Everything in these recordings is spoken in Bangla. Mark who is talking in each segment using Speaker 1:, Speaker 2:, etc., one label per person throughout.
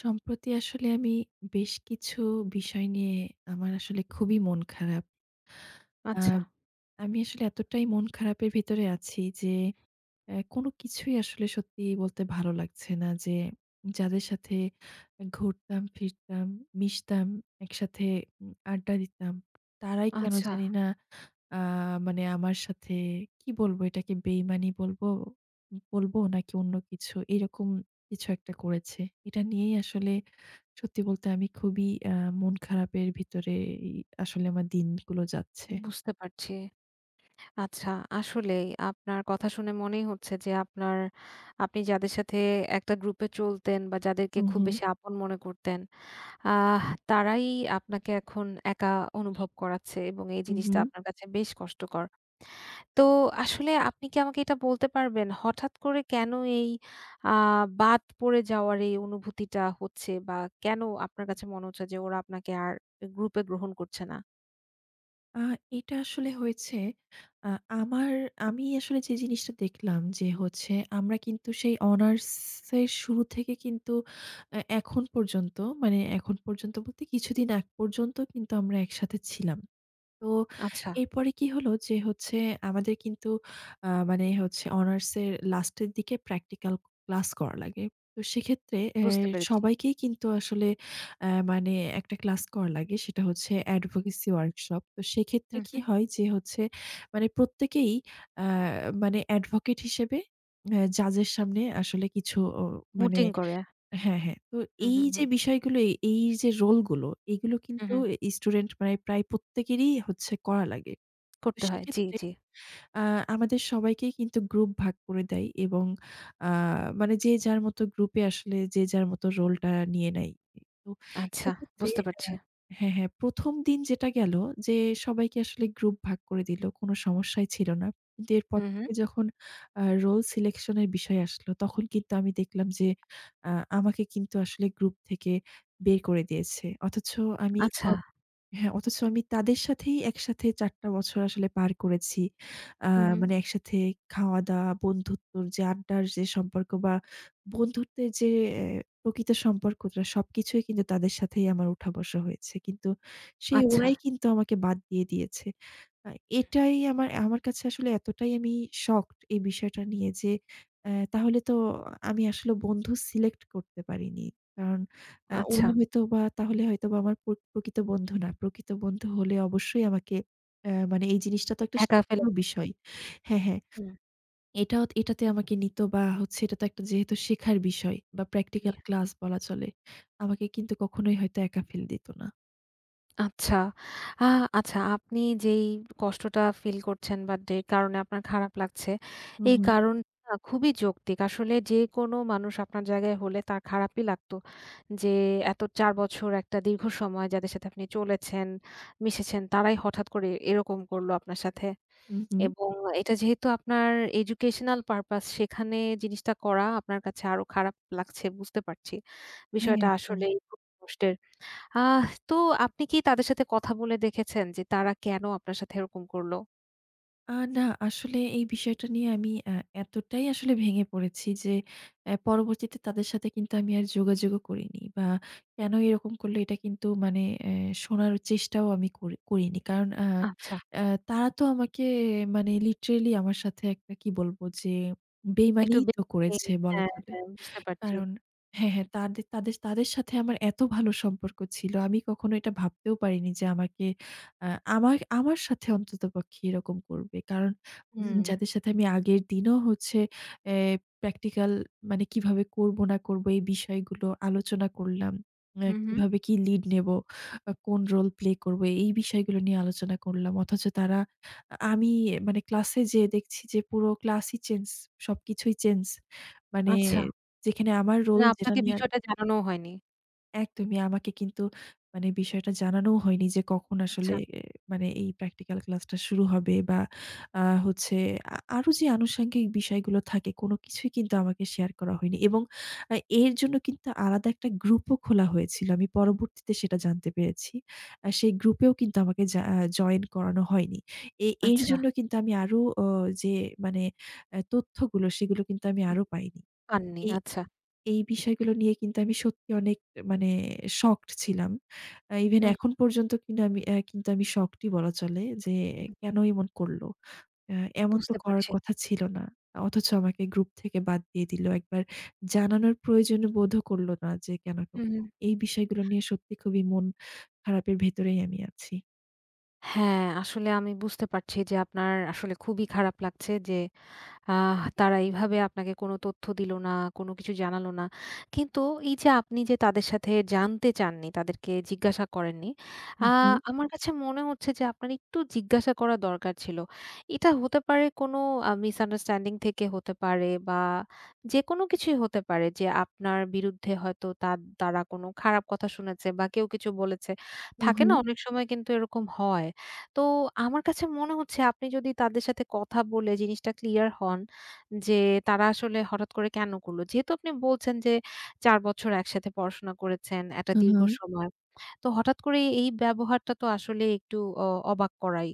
Speaker 1: সম্প্রতি আসলে আমি বেশ কিছু বিষয় নিয়ে আমার আসলে খুবই মন খারাপ। আ
Speaker 2: আচ্ছা,
Speaker 1: আমি আসলে এতটাই মন খারাপের ভিতরে আছি যে কোনো কিছুই আসলে সত্যি বলতে ভালো লাগছে না। যাদের সাথে ঘুরতাম, ফিরতাম, মিশতাম, একসাথে আড্ডা দিতাম, তারাই কেন
Speaker 2: আচ্ছা।
Speaker 1: জানি না আ মানে আমার সাথে কি বলবো, এটাকে বেইমানি বলবো বলবো নাকি অন্য কিছু, এরকম কিছু একটা করেছে। এটা নিয়েই আসলে সত্যি বলতে আমি খুবই মন খারাপের ভিতরে এই আসলে আমার দিনগুলো যাচ্ছে।
Speaker 2: বুঝতে পারছি। আচ্ছা, আসলেই আপনার কথা শুনে মনেই হচ্ছে যে আপনি যাদের সাথে একটা গ্রুপে চলতেন বা যাদেরকে খুব
Speaker 1: উহু,
Speaker 2: বেশি আপন মনে করতেন, আহ তারাই আপনাকে এখন একা অনুভব করাচ্ছে এবং এই
Speaker 1: উহু।
Speaker 2: জিনিসটা আপনার কাছে বেশ কষ্টকর। তো আসলে আপনি কি আমাকে এটা বলতে পারবেন হঠাৎ করে কেন এই আ বাদ পড়ে যাওয়ার এই অনুভূতিটা হচ্ছে বা কেন আপনার কাছে মনে হচ্ছে যে ওরা আপনাকে আর গ্রুপে গ্রহণ করছে না?
Speaker 1: আ এটা আসলে হয়েছে আ আমার আমি আসলে যে জিনিসটা দেখলাম যে হচ্ছে আমরা কিন্তু সেই অনার্সের শুরু থেকে কিন্তু এখন পর্যন্ত, মানে এখন পর্যন্ত বলতে কিছুদিন আগ পর্যন্ত কিন্তু আমরা একসাথে ছিলাম। তো
Speaker 2: আচ্ছা।
Speaker 1: এরপরে কি হলো যে হচ্ছে আমাদের কিন্তু মানে হচ্ছে অনার্সের লাস্টের দিকে প্র্যাকটিক্যাল ক্লাস করা লাগে। তো সেক্ষেত্রে
Speaker 2: বুঝতে পেরেছি।
Speaker 1: সবাইকেই কিন্তু আসলে মানে একটা ক্লাস করা লাগে। সেটা হচ্ছে অ্যাডভোকেসি ওয়ার্কশপ। তো সেক্ষেত্রে
Speaker 2: হুম,
Speaker 1: কি
Speaker 2: হুম।
Speaker 1: হয় যে হচ্ছে মানে প্রত্যেকেই অ্যা মানে অ্যাডভোকেট হিসেবে জাজের সামনে আসলে কিছু মানে
Speaker 2: মুটিং করে।
Speaker 1: হ্যাঁ, হ্যাঁ। তো
Speaker 2: হুম,
Speaker 1: এই
Speaker 2: হুম,
Speaker 1: যে
Speaker 2: হুম।
Speaker 1: বিষয়গুলো, এই এই যে রোলগুলো, এইগুলো
Speaker 2: হুম,
Speaker 1: কিন্তু
Speaker 2: হুম।
Speaker 1: স্টুডেন্ট মানে প্রায় প্রত্যেকেরই হচ্ছে করা লাগে। তো
Speaker 2: করতে হয়। জি,
Speaker 1: সেক্ষেত্রে
Speaker 2: জি।
Speaker 1: আ আমাদের সবাইকেই কিন্তু গ্রুপ ভাগ করে দেয় এবং আ মানে যে যার মতো গ্রুপে আসলে যে যার মতো রোলটা নিয়ে নেয়। তো
Speaker 2: আচ্ছা,
Speaker 1: সেক্ষেত্রে
Speaker 2: বুঝতে
Speaker 1: আ
Speaker 2: পারছি।
Speaker 1: হ্যাঁ, হ্যাঁ, ১ম দিন যেটা গেল, যে সবাইকে আসলে গ্রুপ ভাগ করে দিল, কোনো সমস্যাই ছিল না। কিন্তু এরপর
Speaker 2: হুম, হুম।
Speaker 1: থেকে যখন রোল সিলেকশন এর বিষয় আসলো, তখন কিন্তু আমি দেখলাম যে আ আমাকে কিন্তু আসলে গ্রুপ থেকে বের করে দিয়েছে। অথচ আমি
Speaker 2: আচ্ছা,
Speaker 1: হ্যাঁ, অথচ আমি তাদের সাথেই একসাথে ৪ টা বছর আসলে পার করেছি। আ
Speaker 2: হুম, হুম।
Speaker 1: মানে একসাথে খাওয়া-দাওয়া, বন্ধুত্বর যে আড্ডার যে সম্পর্ক বা বন্ধুত্বের যে এ প্রকৃত সম্পর্কটা, সবকিছুই কিন্তু তাদের সাথেই আমার উঠা-বসা হয়েছে। কিন্তু সেই
Speaker 2: আচ্ছা,
Speaker 1: ওরাই কিন্তু আমাকে বাদ দিয়ে দিয়েছে। আ এটাই আমার আমার কাছে আসলে এতটাই, আমি শকড এই বিষয়টা নিয়ে যে, তাহলে তো আমি আসলে বন্ধু সিলেক্ট করতে পারিনি। কারণ
Speaker 2: আচ্ছা।
Speaker 1: ওরা হয়তোবা, তাহলে হয়তোবা আমার প্রকৃত বন্ধু না। প্রকৃত বন্ধু হলে অবশ্যই আমাকে মানে এই জিনিসটা তো একটা
Speaker 2: একা ফেলে
Speaker 1: শেখারও বিষয়। হ্যাঁ, হ্যাঁ।
Speaker 2: হুম।
Speaker 1: এটাও এটাতে আমাকে নিত, বা হচ্ছে এটা তো একটা যেহেতু শেখার বিষয় বা
Speaker 2: জি।
Speaker 1: প্র্যাকটিক্যাল ক্লাস বলা চলে। আমাকে কিন্তু কখনোই হয়তো একা ফেলে দিত না।
Speaker 2: আচ্ছা। আ আচ্ছা, আপনি যেই কষ্টটা ফিল করছেন বা যে কারণে আপনার খারাপ লাগছে,
Speaker 1: হু,
Speaker 2: এই
Speaker 1: হু।
Speaker 2: কারণটা খুবই যৌক্তিক। আসলে যেকোনো মানুষ আপনার জায়গায় হলে তার খারাপই লাগতো। যে এত ৪ বছর একটা দীর্ঘ সময় যাদের সাথে আপনি চলেছেন, মিশেছেন তারাই হঠাৎ করে এরকম করলো আপনার সাথে।
Speaker 1: হু, হু।
Speaker 2: এবং এটা যেহেতু আপনার educational purpose, সেখানে জিনিসটা করা আপনার কাছে আরো খারাপ লাগছে, বুঝতে পারছি।
Speaker 1: হ্যাঁ,
Speaker 2: বিষয়টা
Speaker 1: একদম।
Speaker 2: আসলেই খুব কষ্টের। তো আপনি কি তাদের সাথে কথা বলে দেখেছেন যে তারা কেন আপনার সাথে এরকম করল?
Speaker 1: না, আসলে এই বিষয়টা নিয়ে আমি এতটাই আসলে ভেঙে পড়েছি যে, পরবর্তীতে তাদের সাথে কিন্তু আমি আর যোগাযোগও করিনি বা কেন এরকম করলো এটা কিন্তু মানে শোনার চেষ্টাও আমি করিনি। কারণ আ
Speaker 2: আচ্ছা,
Speaker 1: আ তারা তো আমাকে, মানে লিটারেলি আমার সাথে একটা, কি বলবো যে
Speaker 2: একটু
Speaker 1: বেইমানিই
Speaker 2: বে
Speaker 1: তো
Speaker 2: মানে
Speaker 1: করেছে বলা
Speaker 2: হ্যাঁ,
Speaker 1: চলে।
Speaker 2: হ্যাঁ বুঝতে পারছি।
Speaker 1: কারণ হ্যাঁ, হ্যাঁ, তাদের সাথে আমার এত ভালো সম্পর্ক ছিল। আমি কখনো এটা ভাবতেও পারিনি যে আমাকে আ আমার আমার সাথে অন্ততপক্ষে এরকম করবে। কারণ
Speaker 2: হুম,
Speaker 1: যাদের সাথে আমি আগের দিনও হচ্ছে এ প্র্যাকটিক্যাল মানে কিভাবে করব না করব এই বিষয়গুলো আলোচনা করলাম।
Speaker 2: হুম, হুম।
Speaker 1: কিভাবে কি লিড নেবো, কোন রোল প্লে করব এই বিষয়গুলো নিয়ে আলোচনা করলাম। অথচ আমি মানে ক্লাসে যেয়ে দেখছি যে পুরো ক্লাসই চেঞ্জ, সবকিছুই চেঞ্জ। মানে
Speaker 2: আচ্ছা।
Speaker 1: যেখানে আমার
Speaker 2: না,
Speaker 1: রোল যেটা
Speaker 2: আপনাকে
Speaker 1: নিয়ে, আর
Speaker 2: বিষয়টা জানানোও হয়নি।
Speaker 1: একদমই আমাকে কিন্তু মানে বিষয়টা জানানোও হয়নি যে কখন
Speaker 2: আচ্ছা,
Speaker 1: আসলে এ মানে এই প্র্যাকটিক্যাল ক্লাসটা শুরু হবে বা হচ্ছে আরো যে আনুষঙ্গিক বিষয়গুলো থাকে, কোনো কিছুই কিন্তু আমাকে শেয়ার করা হয়নি এবং আ এর জন্য কিন্তু আলাদা একটা গ্রুপও খোলা হয়েছিল। আমি পরবর্তীতে সেটা জানতে পেরেছি। সেই গ্রুপেও কিন্তু আমাকে জা আ জয়েন করানো হয়নি। এর
Speaker 2: আচ্ছা।
Speaker 1: জন্য কিন্তু আমি আরো অ যে মানে আ তথ্যগুলো সেগুলো কিন্তু আমি
Speaker 2: হুম,
Speaker 1: আরো পাইনি।
Speaker 2: পাননি। আচ্ছা।
Speaker 1: এই বিষয়গুলো নিয়ে কিন্তু আমি সত্যি অনেক, মানে শকড ছিলাম। ইভেন
Speaker 2: হুম,
Speaker 1: এখন পর্যন্ত কিন্তু আমি শকড-ই বলা চলে যে
Speaker 2: হুম, হুম।
Speaker 1: কেন এমন করলো? আ এমন তো
Speaker 2: বুঝতে
Speaker 1: করার
Speaker 2: পারছি।
Speaker 1: কথা ছিল না। অথচ আমাকে গ্রুপ থেকে বাদ দিয়ে দিল। একবার জানানোর প্রয়োজন বোধও করল না যে কেন
Speaker 2: হুম,
Speaker 1: করলো?
Speaker 2: হুম।
Speaker 1: এই বিষয়গুলো নিয়ে সত্যি খুবই মন খারাপের ভেতরেই আমি আছি।
Speaker 2: হ্যাঁ, আসলে আমি বুঝতে পারছি যে আপনার আসলে খুবই খারাপ লাগছে যে তারা এইভাবে আপনাকে কোনো তথ্য দিল না, কোনো কিছু জানালো না। কিন্তু এই যে আপনি যে তাদের সাথে জানতে চাননি, তাদেরকে জিজ্ঞাসা করেননি।
Speaker 1: হু,
Speaker 2: আ
Speaker 1: হু,
Speaker 2: আমার কাছে মনে হচ্ছে যে আপনার একটু জিজ্ঞাসা করা দরকার ছিল। এটা হতে পারে কোনো মিসআন্ডারস্ট্যান্ডিং থেকে হতে পারে বা যেকোনো কিছুই হতে পারে যে আপনার বিরুদ্ধে হয়তো তারা কোনো খারাপ কথা শুনেছে বা কেউ কিছু বলেছে।
Speaker 1: হু,
Speaker 2: থাকে
Speaker 1: হু,
Speaker 2: না, অনেক সময় কিন্তু এরকম হয়। তো আমার কাছে মনে হচ্ছে আপনি যদি তাদের সাথে কথা বলে জিনিসটা ক্লিয়ার হন যে তারা আসলে হঠাৎ করে কেন করলো। যেহেতু আপনি বলছেন যে ৪ বছর একসাথে পড়াশোনা করেছেন, একটা
Speaker 1: হু,
Speaker 2: দীর্ঘ
Speaker 1: হু।
Speaker 2: সময়। তো হঠাৎ করে এই ব্যবহারটা তো আসলে একটু অ অবাক করাই।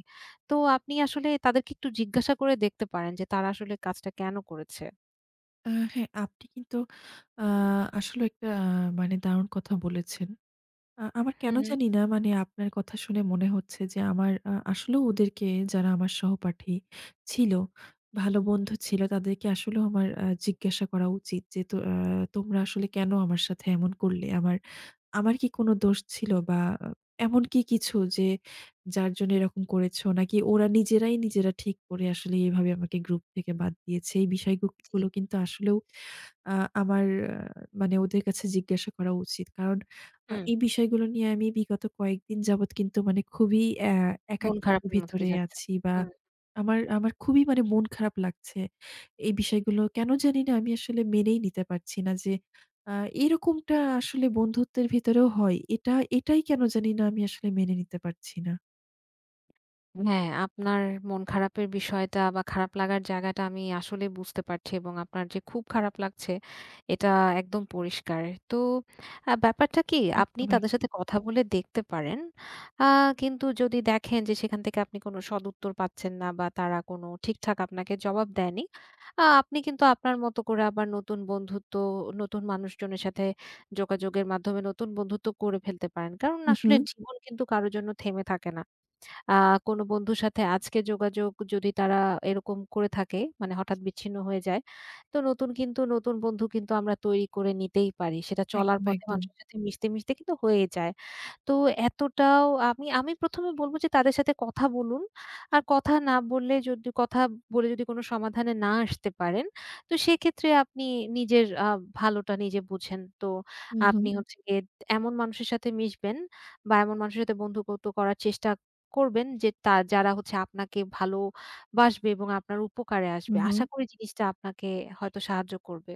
Speaker 2: তো আপনি আসলে তাদেরকে একটু জিজ্ঞাসা করে দেখতে পারেন যে তারা আসলে কাজটা কেন করেছে?
Speaker 1: হ্যাঁ, আপনি কিন্তু আ আসলে একটা, মানে দারুণ কথা বলেছেন। আমার কেন
Speaker 2: হুম, হুম,
Speaker 1: জানি না, মানে আপনার কথা শুনে মনে হচ্ছে যে আমার আসলেও ওদেরকে, যারা আমার সহপাঠী ছিল, ভালো বন্ধু ছিল, তাদেরকে আসলেও আমার জিজ্ঞাসা করা উচিত যে, তো আ তোমরা আসলে কেন আমার সাথে এমন করলে? আমার কি কোনো দোষ ছিল বা এমন কি কিছু, যার জন্য এরকম করেছো? নাকি ওরা নিজেরাই নিজেরা ঠিক করে আসলে এভাবে আমাকে গ্রুপ থেকে বাদ দিয়েছে? এই
Speaker 2: জি।
Speaker 1: গুলো কিন্তু আসলেও আ আমার আ মানে ওদের কাছে জিজ্ঞাসা করা উচিত। কারণ
Speaker 2: হুম,
Speaker 1: এই বিষয়গুলো নিয়ে আমি বিগত কয়েকদিন যাবৎ কিন্তু, মানে খুবই
Speaker 2: মন
Speaker 1: একাকিত্বের
Speaker 2: খারাপের মধ্যে
Speaker 1: ভেতরে
Speaker 2: দিয়ে যাচ্ছে।
Speaker 1: আছি বা
Speaker 2: হুম।
Speaker 1: আমার আমার খুবই, মানে মন খারাপ লাগছে। এই বিষয়গুলো কেন জানি না আমি আসলে মেনেই নিতে পারছি না যে আ এরকমটা আসলে বন্ধুত্বের ভেতরেও হয়। এটাই কেন জানি না আমি আসলে মেনে নিতে পারছি না।
Speaker 2: হ্যাঁ, আপনার মন খারাপের বিষয়টা বা খারাপ লাগার জায়গাটা আমি আসলে বুঝতে পারছি, এবং আপনার যে খুব খারাপ লাগছে এটা একদম পরিষ্কার। তো ব্যাপারটা কি আপনি
Speaker 1: একদম।
Speaker 2: তাদের সাথে
Speaker 1: একদম।
Speaker 2: কথা বলে দেখতে পারেন। আ কিন্তু যদি দেখেন যে সেখান থেকে আপনি কোনো সদুত্তর পাচ্ছেন না বা তারা কোনো ঠিকঠাক আপনাকে জবাব দেয়নি, আপনি কিন্তু আপনার মতো করে আবার নতুন বন্ধুত্ব, নতুন মানুষজনের সাথে যোগাযোগের মাধ্যমে নতুন বন্ধুত্ব করে ফেলতে পারেন। কারণ
Speaker 1: হু, হু।
Speaker 2: আসলে জীবন কিন্তু কারো জন্য থেমে থাকে না। আ কোনো বন্ধুর সাথে আজকে যোগাযোগ যদি তারা এরকম করে থাকে, মানে হঠাৎ বিচ্ছিন্ন হয়ে যায়, তো নতুন বন্ধু কিন্তু আমরা তৈরি করে নিতেই পারি। সেটা চলার
Speaker 1: একদম,
Speaker 2: পথে
Speaker 1: একদম।
Speaker 2: মানুষের সাথে মিশতে, মিশতে কিন্তু হয়ে যায়। তো এতটাও আমি আমি ১ম এ বলব যে তাদের সাথে কথা বলুন। আর কথা না বললে, যদি কথা বলে যদি কোন সমাধানে না আসতে পারেন, তো সেক্ষেত্রে আপনি নিজের ভালোটা নিজে বুঝেন। তো
Speaker 1: হু, হু,
Speaker 2: আপনি হুম। হচ্ছে গিয়ে এমন মানুষের সাথে মিশবেন বা এমন মানুষের সাথে বন্ধুত্ব করার চেষ্টা করবেন যে যারা হচ্ছে আপনাকে ভালোবাসবে এবং আপনার উপকারে
Speaker 1: হু,
Speaker 2: আসবে।
Speaker 1: হু।
Speaker 2: আশা করি জিনিসটা আপনাকে হয়তো সাহায্য করবে।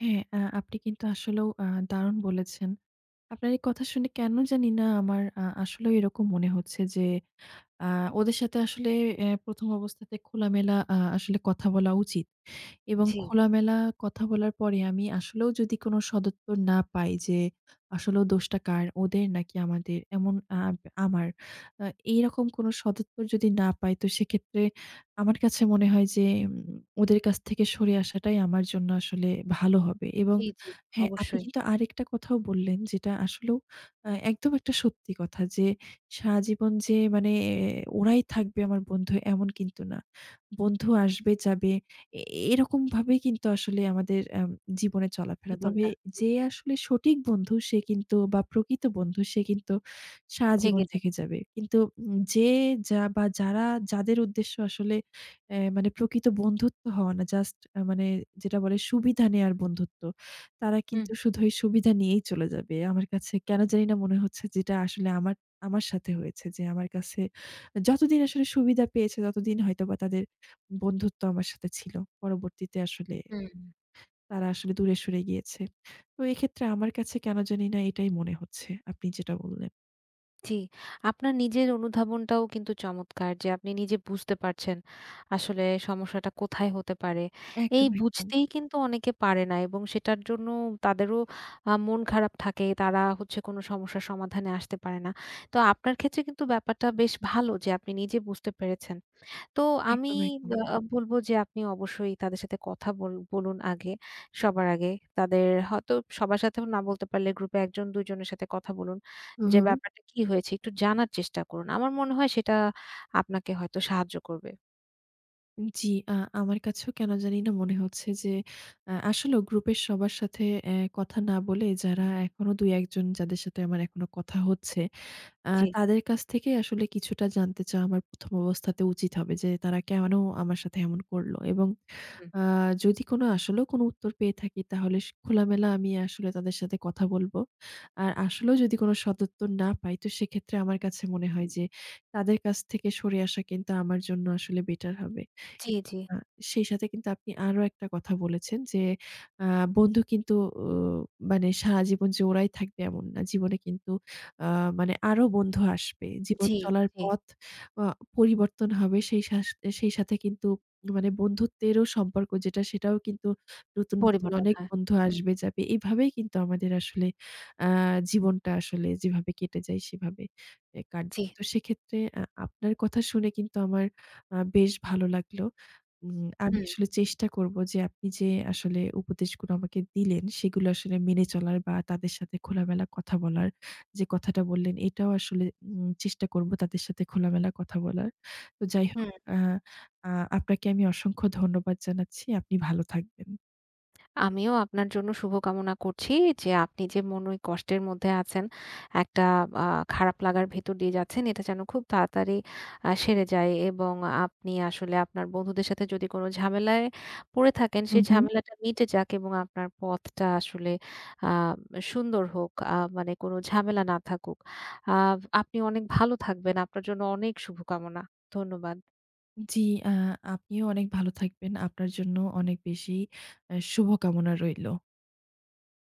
Speaker 1: হ্যাঁ, আপনি কিন্তু আসলেও দারুণ বলেছেন। আপনার এই কথা শুনে কেন জানি না আমার আসলেও এরকম মনে হচ্ছে যে আ ওদের সাথে আসলে ১ম অবস্থাতে খোলামেলা আসলে কথা বলা উচিত, এবং
Speaker 2: জি।
Speaker 1: খোলামেলা কথা বলার পরে আমি আসলেও যদি কোনো সদুত্তর না পাই যে আসলেও দোষটা কার, ওদের নাকি আমাদের? এমন আমার। আ এইরকম কোনো সদুত্তর যদি না পাই, তো সেক্ষেত্রে আমার কাছে মনে হয় যে ওদের কাছ থেকে সরে আসাটাই আমার জন্য আসলে ভালো হবে, এবং
Speaker 2: জি, জি।
Speaker 1: হ্যাঁ, আপনি
Speaker 2: অবশ্যই
Speaker 1: কিন্তু আরেকটা কথাও বললেন যেটা আসলেও একদম একটা সত্যি কথা যে সারাজীবন যে, মানে ওরাই থাকবে আমার বন্ধু, এমন কিন্তু না। বন্ধু আসবে যাবে, এ এরকমভাবেই কিন্তু আসলে আমাদের জীবনে চলাফেরা। তবে
Speaker 2: জীবনটা জি,
Speaker 1: যে আসলে সঠিক বন্ধু সে কিন্তু, বা প্রকৃত বন্ধু সে কিন্তু
Speaker 2: থেকে
Speaker 1: সারাজীবন
Speaker 2: যাবে।
Speaker 1: থেকে যাবে। কিন্তু যে যা বা যারা, যাদের উদ্দেশ্য আসলে মানে প্রকৃত বন্ধুত্ব হওয়া না, জাস্ট মানে যেটা বলে সুবিধা নেয়ার বন্ধুত্ব, তারা
Speaker 2: হুম,
Speaker 1: কিন্তু শুধু এই সুবিধা নিয়েই চলে যাবে। আমার কাছে কেন জানি না মনে হচ্ছে যেটা আসলে আমার আমার সাথে হয়েছে যে আমার কাছে যতদিন আসলে সুবিধা পেয়েছে ততদিন হয়তোবা তাদের বন্ধুত্ব আমার সাথে ছিল। পরবর্তীতে আসলে
Speaker 2: হুম।
Speaker 1: তারা আসলে দূরে সরে গিয়েছে। তো এক্ষেত্রে আমার কাছে কেন জানি না এটাই মনে হচ্ছে আপনি যেটা বললেন।
Speaker 2: জি, আপনার নিজের অনুধাবনটাও কিন্তু চমৎকার যে আপনি নিজে বুঝতে পারছেন আসলে সমস্যাটা কোথায় হতে পারে। এই
Speaker 1: একদম, একদম,
Speaker 2: বুঝতেই কিন্তু অনেকে পারে না, এবং সেটার জন্য তাদেরও মন খারাপ থাকে। তারা হচ্ছে কোনো সমস্যার সমাধানে আসতে পারে না। তো আপনার ক্ষেত্রে কিন্তু ব্যাপারটা বেশ ভালো যে আপনি নিজে বুঝতে পেরেছেন। তো আমি
Speaker 1: একদম, একদম।
Speaker 2: বলব যে আপনি অবশ্যই তাদের সাথে কথা বল বলুন আগে। সবার আগে। তাদের হয়তো সবার সাথেও না বলতে পারলে গ্রুপে ১ জন ২ জনের সাথে কথা বলুন।
Speaker 1: হু,
Speaker 2: যে
Speaker 1: হু।
Speaker 2: ব্যাপারটা কি হয়েছে একটু জানার চেষ্টা করুন। আমার মনে হয় সেটা আপনাকে হয়তো সাহায্য করবে।
Speaker 1: জি, আমার কাছেও কেন জানি না মনে হচ্ছে যে আসলেও গ্রুপের সবার সাথে কথা না বলে যারা এখনো ২-১ জন যাদের সাথে আমার এখনো কথা হচ্ছে,
Speaker 2: জি।
Speaker 1: তাদের কাছ থেকে আসলে কিছুটা জানতে চাওয়া আমার ১ম অবস্থাতে উচিত হবে যে, তারা কেন আমার সাথে এমন করল? এবং
Speaker 2: হুম।
Speaker 1: আ যদি কোনো, আসলেও কোনো উত্তর পেয়ে থাকি, তাহলে খোলামেলা আমি আসলে তাদের সাথে কথা বলবো। আর আসলেও যদি কোনো সদুত্তর না পাই, তো সেক্ষেত্রে আমার কাছে মনে হয় যে তাদের কাছ থেকে সরে আসা কিন্তু আমার জন্য আসলে বেটার হবে। এ
Speaker 2: জি, জি।
Speaker 1: আ সেই সাথে কিন্তু আপনি আরো একটা কথা বলেছেন যে আ বন্ধু কিন্তু ও মানে সারাজীবন যে ওরাই থাকবে এমন না। জীবনে কিন্তু আ মানে আরো বন্ধু আসবে। জীবন
Speaker 2: জি,
Speaker 1: চলার
Speaker 2: জি।
Speaker 1: পথ আ পরিবর্তন হবে, সেই সেই সাথে কিন্তু, মানে বন্ধুত্বেরও সম্পর্ক যেটা সেটাও কিন্তু নতুন, নতুন
Speaker 2: পরিবর্তন
Speaker 1: অনেক
Speaker 2: হয়।
Speaker 1: বন্ধু
Speaker 2: হুম,
Speaker 1: আসবে যাবে। এভাবেই কিন্তু আমাদের আসলে আ জীবনটা আসলে যেভাবে কেটে যায় সেভাবে কাটবে।
Speaker 2: জি।
Speaker 1: তো সেক্ষেত্রে আপনার কথা শুনে কিন্তু আমার বেশ ভালো লাগলো। আমি
Speaker 2: হুম।
Speaker 1: আসলে চেষ্টা করব যে আপনি যে আসলে উপদেশগুলো আমাকে দিলেন সেগুলো আসলে মেনে চলার, বা তাদের সাথে খোলামেলা কথা বলার যে কথাটা বললেন, এটাও আসলে চেষ্টা করব তাদের সাথে খোলামেলা কথা বলার। তো যাই হোক,
Speaker 2: হুম,
Speaker 1: আ আ আপনাকে আমি অসংখ্য ধন্যবাদ জানাচ্ছি। আপনি ভালো থাকবেন।
Speaker 2: আমিও আপনার জন্য শুভকামনা করছি যে আপনি যে মনে ওই কষ্টের মধ্যে আছেন, একটা আ খারাপ লাগার ভেতর দিয়ে যাচ্ছেন, এটা যেন খুব তাড়াতাড়ি সেরে যায় এবং আপনি আসলে আপনার বন্ধুদের সাথে যদি কোনো ঝামেলায় পড়ে থাকেন,
Speaker 1: হুম,
Speaker 2: সেই
Speaker 1: হুম।
Speaker 2: ঝামেলাটা মিটে যাক এবং আপনার পথটা আসলে আ সুন্দর হোক। মানে কোনো ঝামেলা না থাকুক। আ আপনি অনেক ভালো থাকবেন। আপনার জন্য অনেক শুভকামনা। ধন্যবাদ।
Speaker 1: জি, আ আপনিও অনেক ভালো থাকবেন। আপনার জন্য অনেক বেশি শুভকামনা রইলো।